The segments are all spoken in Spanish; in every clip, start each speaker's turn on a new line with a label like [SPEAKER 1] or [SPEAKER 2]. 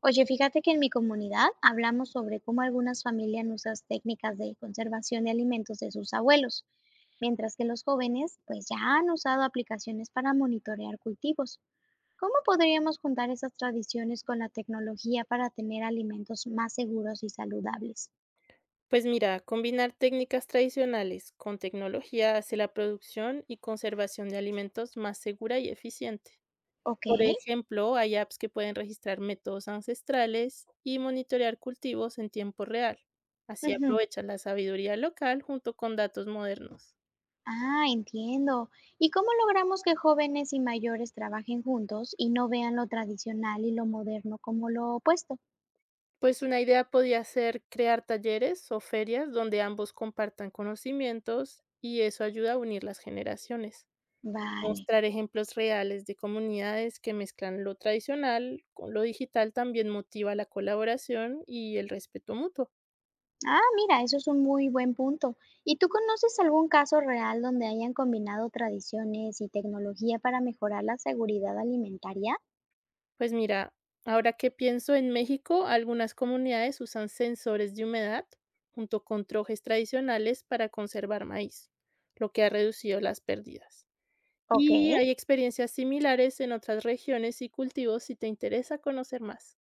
[SPEAKER 1] Oye, fíjate que en mi comunidad hablamos sobre cómo algunas familias no usan técnicas de conservación de alimentos de sus abuelos, mientras que los jóvenes pues ya han usado aplicaciones para monitorear cultivos. ¿Cómo podríamos juntar esas tradiciones con la tecnología para tener alimentos más seguros y saludables?
[SPEAKER 2] Pues mira, combinar técnicas tradicionales con tecnología hace la producción y conservación de alimentos más segura y eficiente.
[SPEAKER 1] Ok.
[SPEAKER 2] Por ejemplo, hay apps que pueden registrar métodos ancestrales y monitorear cultivos en tiempo real. Así
[SPEAKER 1] Ujú.
[SPEAKER 2] aprovechan la sabiduría local junto con datos modernos.
[SPEAKER 1] Ah, entiendo. ¿Y cómo logramos que jóvenes y mayores trabajen juntos y no vean lo tradicional y lo moderno como lo opuesto?
[SPEAKER 2] Pues una idea podría ser crear talleres o ferias donde ambos compartan conocimientos, y eso ayuda a unir las generaciones.
[SPEAKER 1] Vale.
[SPEAKER 2] Mostrar ejemplos reales de comunidades que mezclan lo tradicional con lo digital también motiva la colaboración y el respeto mutuo.
[SPEAKER 1] Ah, mira, eso es un muy buen punto. ¿Y tú conoces algún caso real donde hayan combinado tradiciones y tecnología para mejorar la seguridad alimentaria?
[SPEAKER 2] Pues mira, ahora que pienso en México, algunas comunidades usan sensores de humedad junto con trojes tradicionales para conservar maíz, lo que ha reducido las pérdidas.
[SPEAKER 1] Ok.
[SPEAKER 2] Y hay experiencias similares en otras regiones y cultivos, si te interesa conocer más.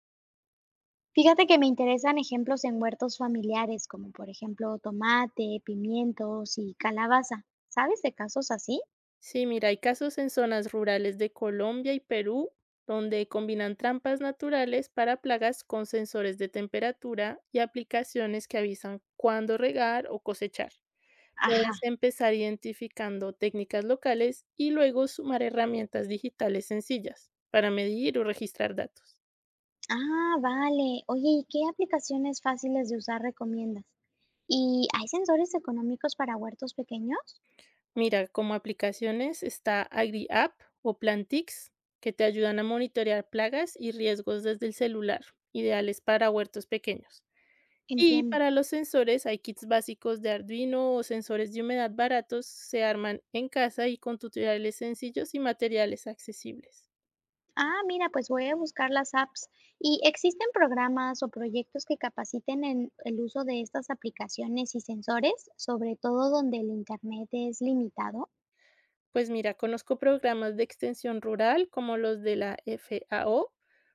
[SPEAKER 1] Fíjate que me interesan ejemplos en huertos familiares, como por ejemplo tomate, pimientos y calabaza. ¿Sabes de casos así?
[SPEAKER 2] Sí, mira, hay casos en zonas rurales de Colombia y Perú donde combinan trampas naturales para plagas con sensores de temperatura y aplicaciones que avisan cuándo regar o cosechar. Puedes
[SPEAKER 1] Ajá.
[SPEAKER 2] empezar identificando técnicas locales y luego sumar herramientas digitales sencillas para medir o registrar datos.
[SPEAKER 1] Ah, vale. Oye, ¿y qué aplicaciones fáciles de usar recomiendas? ¿Y hay sensores económicos para huertos pequeños?
[SPEAKER 2] Mira, como aplicaciones está AgriApp o Plantix, que te ayudan a monitorear plagas y riesgos desde el celular, ideales para huertos pequeños. Y
[SPEAKER 1] Entiendo.
[SPEAKER 2] para los sensores hay kits básicos de Arduino o sensores de humedad baratos, se arman en casa y con tutoriales sencillos y materiales accesibles.
[SPEAKER 1] Ah, mira, pues voy a buscar las apps. ¿Y existen programas o proyectos que capaciten en el uso de estas aplicaciones y sensores, sobre todo donde el Internet es limitado?
[SPEAKER 2] Pues mira, conozco programas de extensión rural como los de la FAO,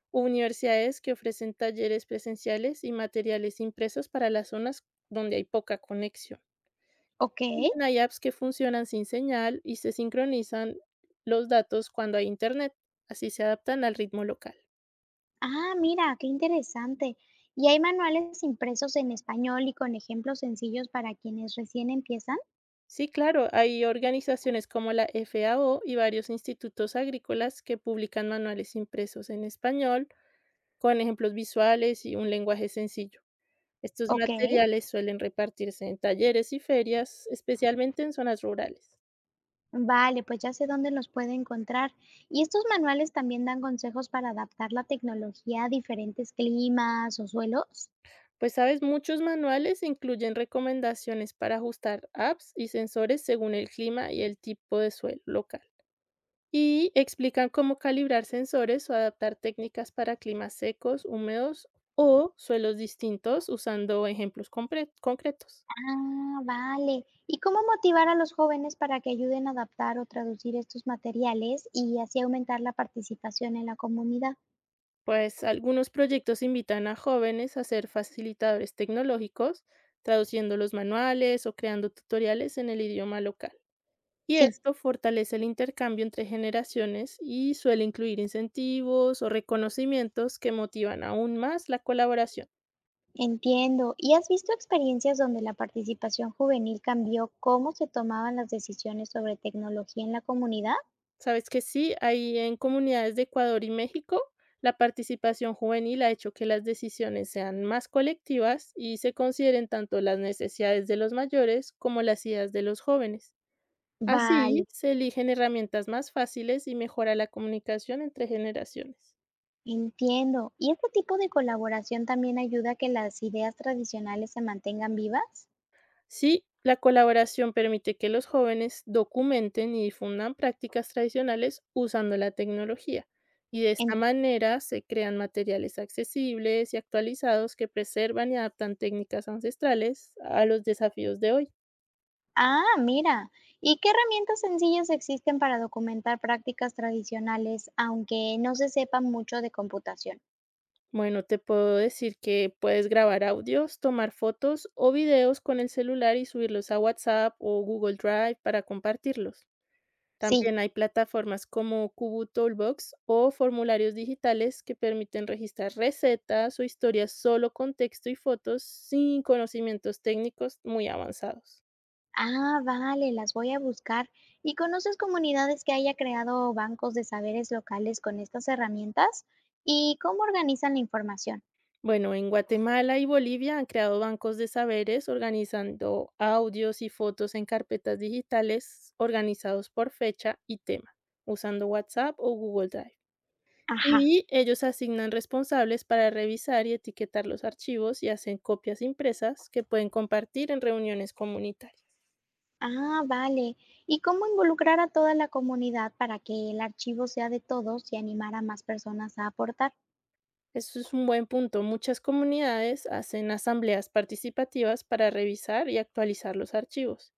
[SPEAKER 2] u universidades que ofrecen talleres presenciales y materiales impresos para las zonas donde hay poca conexión.
[SPEAKER 1] Ok.
[SPEAKER 2] También hay apps que funcionan sin señal y se sincronizan los datos cuando hay internet, así se adaptan al ritmo local.
[SPEAKER 1] Ah, mira, qué interesante. ¿Y hay manuales impresos en español y con ejemplos sencillos para quienes recién empiezan?
[SPEAKER 2] Sí, claro, hay organizaciones como la FAO y varios institutos agrícolas que publican manuales impresos en español, con ejemplos visuales y un lenguaje sencillo. Estos
[SPEAKER 1] Ok.
[SPEAKER 2] materiales suelen repartirse en talleres y ferias, especialmente en zonas rurales.
[SPEAKER 1] Vale, pues ya sé dónde los puedo encontrar. ¿Y estos manuales también dan consejos para adaptar la tecnología a diferentes climas o suelos?
[SPEAKER 2] Pues sabes, muchos manuales incluyen recomendaciones para ajustar apps y sensores según el clima y el tipo de suelo local, y explican cómo calibrar sensores o adaptar técnicas para climas secos, húmedos o suelos distintos, usando ejemplos concretos.
[SPEAKER 1] Ah, vale. ¿Y cómo motivar a los jóvenes para que ayuden a adaptar o traducir estos materiales y así aumentar la participación en la comunidad?
[SPEAKER 2] Pues algunos proyectos invitan a jóvenes a ser facilitadores tecnológicos, traduciendo los manuales o creando tutoriales en el idioma local. Y
[SPEAKER 1] Sí,
[SPEAKER 2] esto fortalece el intercambio entre generaciones, y suele incluir incentivos o reconocimientos que motivan aún más la colaboración.
[SPEAKER 1] entiendo. ¿Y has visto experiencias donde la participación juvenil cambió cómo se tomaban las decisiones sobre tecnología en la comunidad?
[SPEAKER 2] Sabes que sí, ahí en comunidades de Ecuador y México, la participación juvenil ha hecho que las decisiones sean más colectivas y se consideren tanto las necesidades de los mayores como las ideas de los jóvenes. Así
[SPEAKER 1] Vale,
[SPEAKER 2] se eligen herramientas más fáciles y mejora la comunicación entre generaciones.
[SPEAKER 1] entiendo. ¿Y este tipo de colaboración también ayuda a que las ideas tradicionales se mantengan vivas?
[SPEAKER 2] Sí, la colaboración permite que los jóvenes documenten y difundan prácticas tradicionales usando la tecnología, y de esta manera se crean materiales accesibles y actualizados que preservan y adaptan técnicas ancestrales a los desafíos de hoy.
[SPEAKER 1] Ah, mira. ¿Y qué herramientas sencillas existen para documentar prácticas tradicionales, aunque no se sepa mucho de computación?
[SPEAKER 2] Bueno, te puedo decir que puedes grabar audios, tomar fotos o videos con el celular y subirlos a WhatsApp o Google Drive para compartirlos.
[SPEAKER 1] Sí.
[SPEAKER 2] También hay plataformas como Kubu Toolbox o formularios digitales que permiten registrar recetas o historias solo con texto y fotos, sin conocimientos técnicos muy avanzados.
[SPEAKER 1] Ah, vale, las voy a buscar. ¿Y conoces comunidades que haya creado bancos de saberes locales con estas herramientas? ¿Y cómo organizan la información?
[SPEAKER 2] Bueno, en Guatemala y Bolivia han creado bancos de saberes organizando audios y fotos en carpetas digitales, organizados por fecha y tema, usando WhatsApp o Google Drive.
[SPEAKER 1] Ajá.
[SPEAKER 2] Y ellos asignan responsables para revisar y etiquetar los archivos, y hacen copias impresas que pueden compartir en reuniones comunitarias.
[SPEAKER 1] Ah, vale. ¿Y cómo involucrar a toda la comunidad para que el archivo sea de todos y animar a más personas a aportar?
[SPEAKER 2] Eso es un buen punto. Muchas comunidades hacen asambleas participativas para revisar y actualizar los archivos,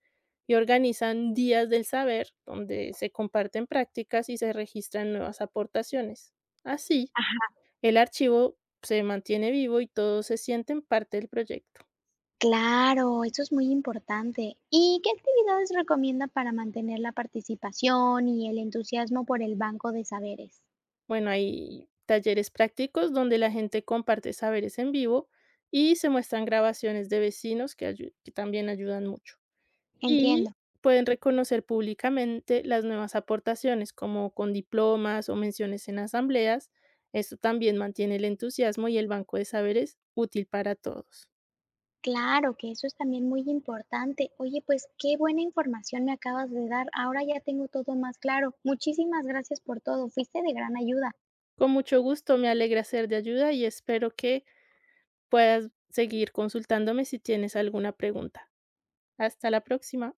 [SPEAKER 2] y organizan días del saber donde se comparten prácticas y se registran nuevas aportaciones. Así, el archivo se mantiene vivo y todos se sienten parte del proyecto.
[SPEAKER 1] Claro, eso es muy importante. ¿Y qué actividades recomienda para mantener la participación y el entusiasmo por el banco de saberes?
[SPEAKER 2] Bueno, hay talleres prácticos donde la gente comparte saberes en vivo, y se muestran grabaciones de vecinos que que también ayudan mucho. Y
[SPEAKER 1] Entiendo.
[SPEAKER 2] pueden reconocer públicamente las nuevas aportaciones, como con diplomas o menciones en asambleas. Esto también mantiene el entusiasmo y el banco de saberes útil para todos.
[SPEAKER 1] Claro que eso es también muy importante. Oye, pues qué buena información me acabas de dar. Ahora ya tengo todo más claro. Muchísimas gracias por todo. Fuiste de gran ayuda.
[SPEAKER 2] Con mucho gusto, me alegra ser de ayuda y espero que puedas seguir consultándome si tienes alguna pregunta. Hasta la próxima.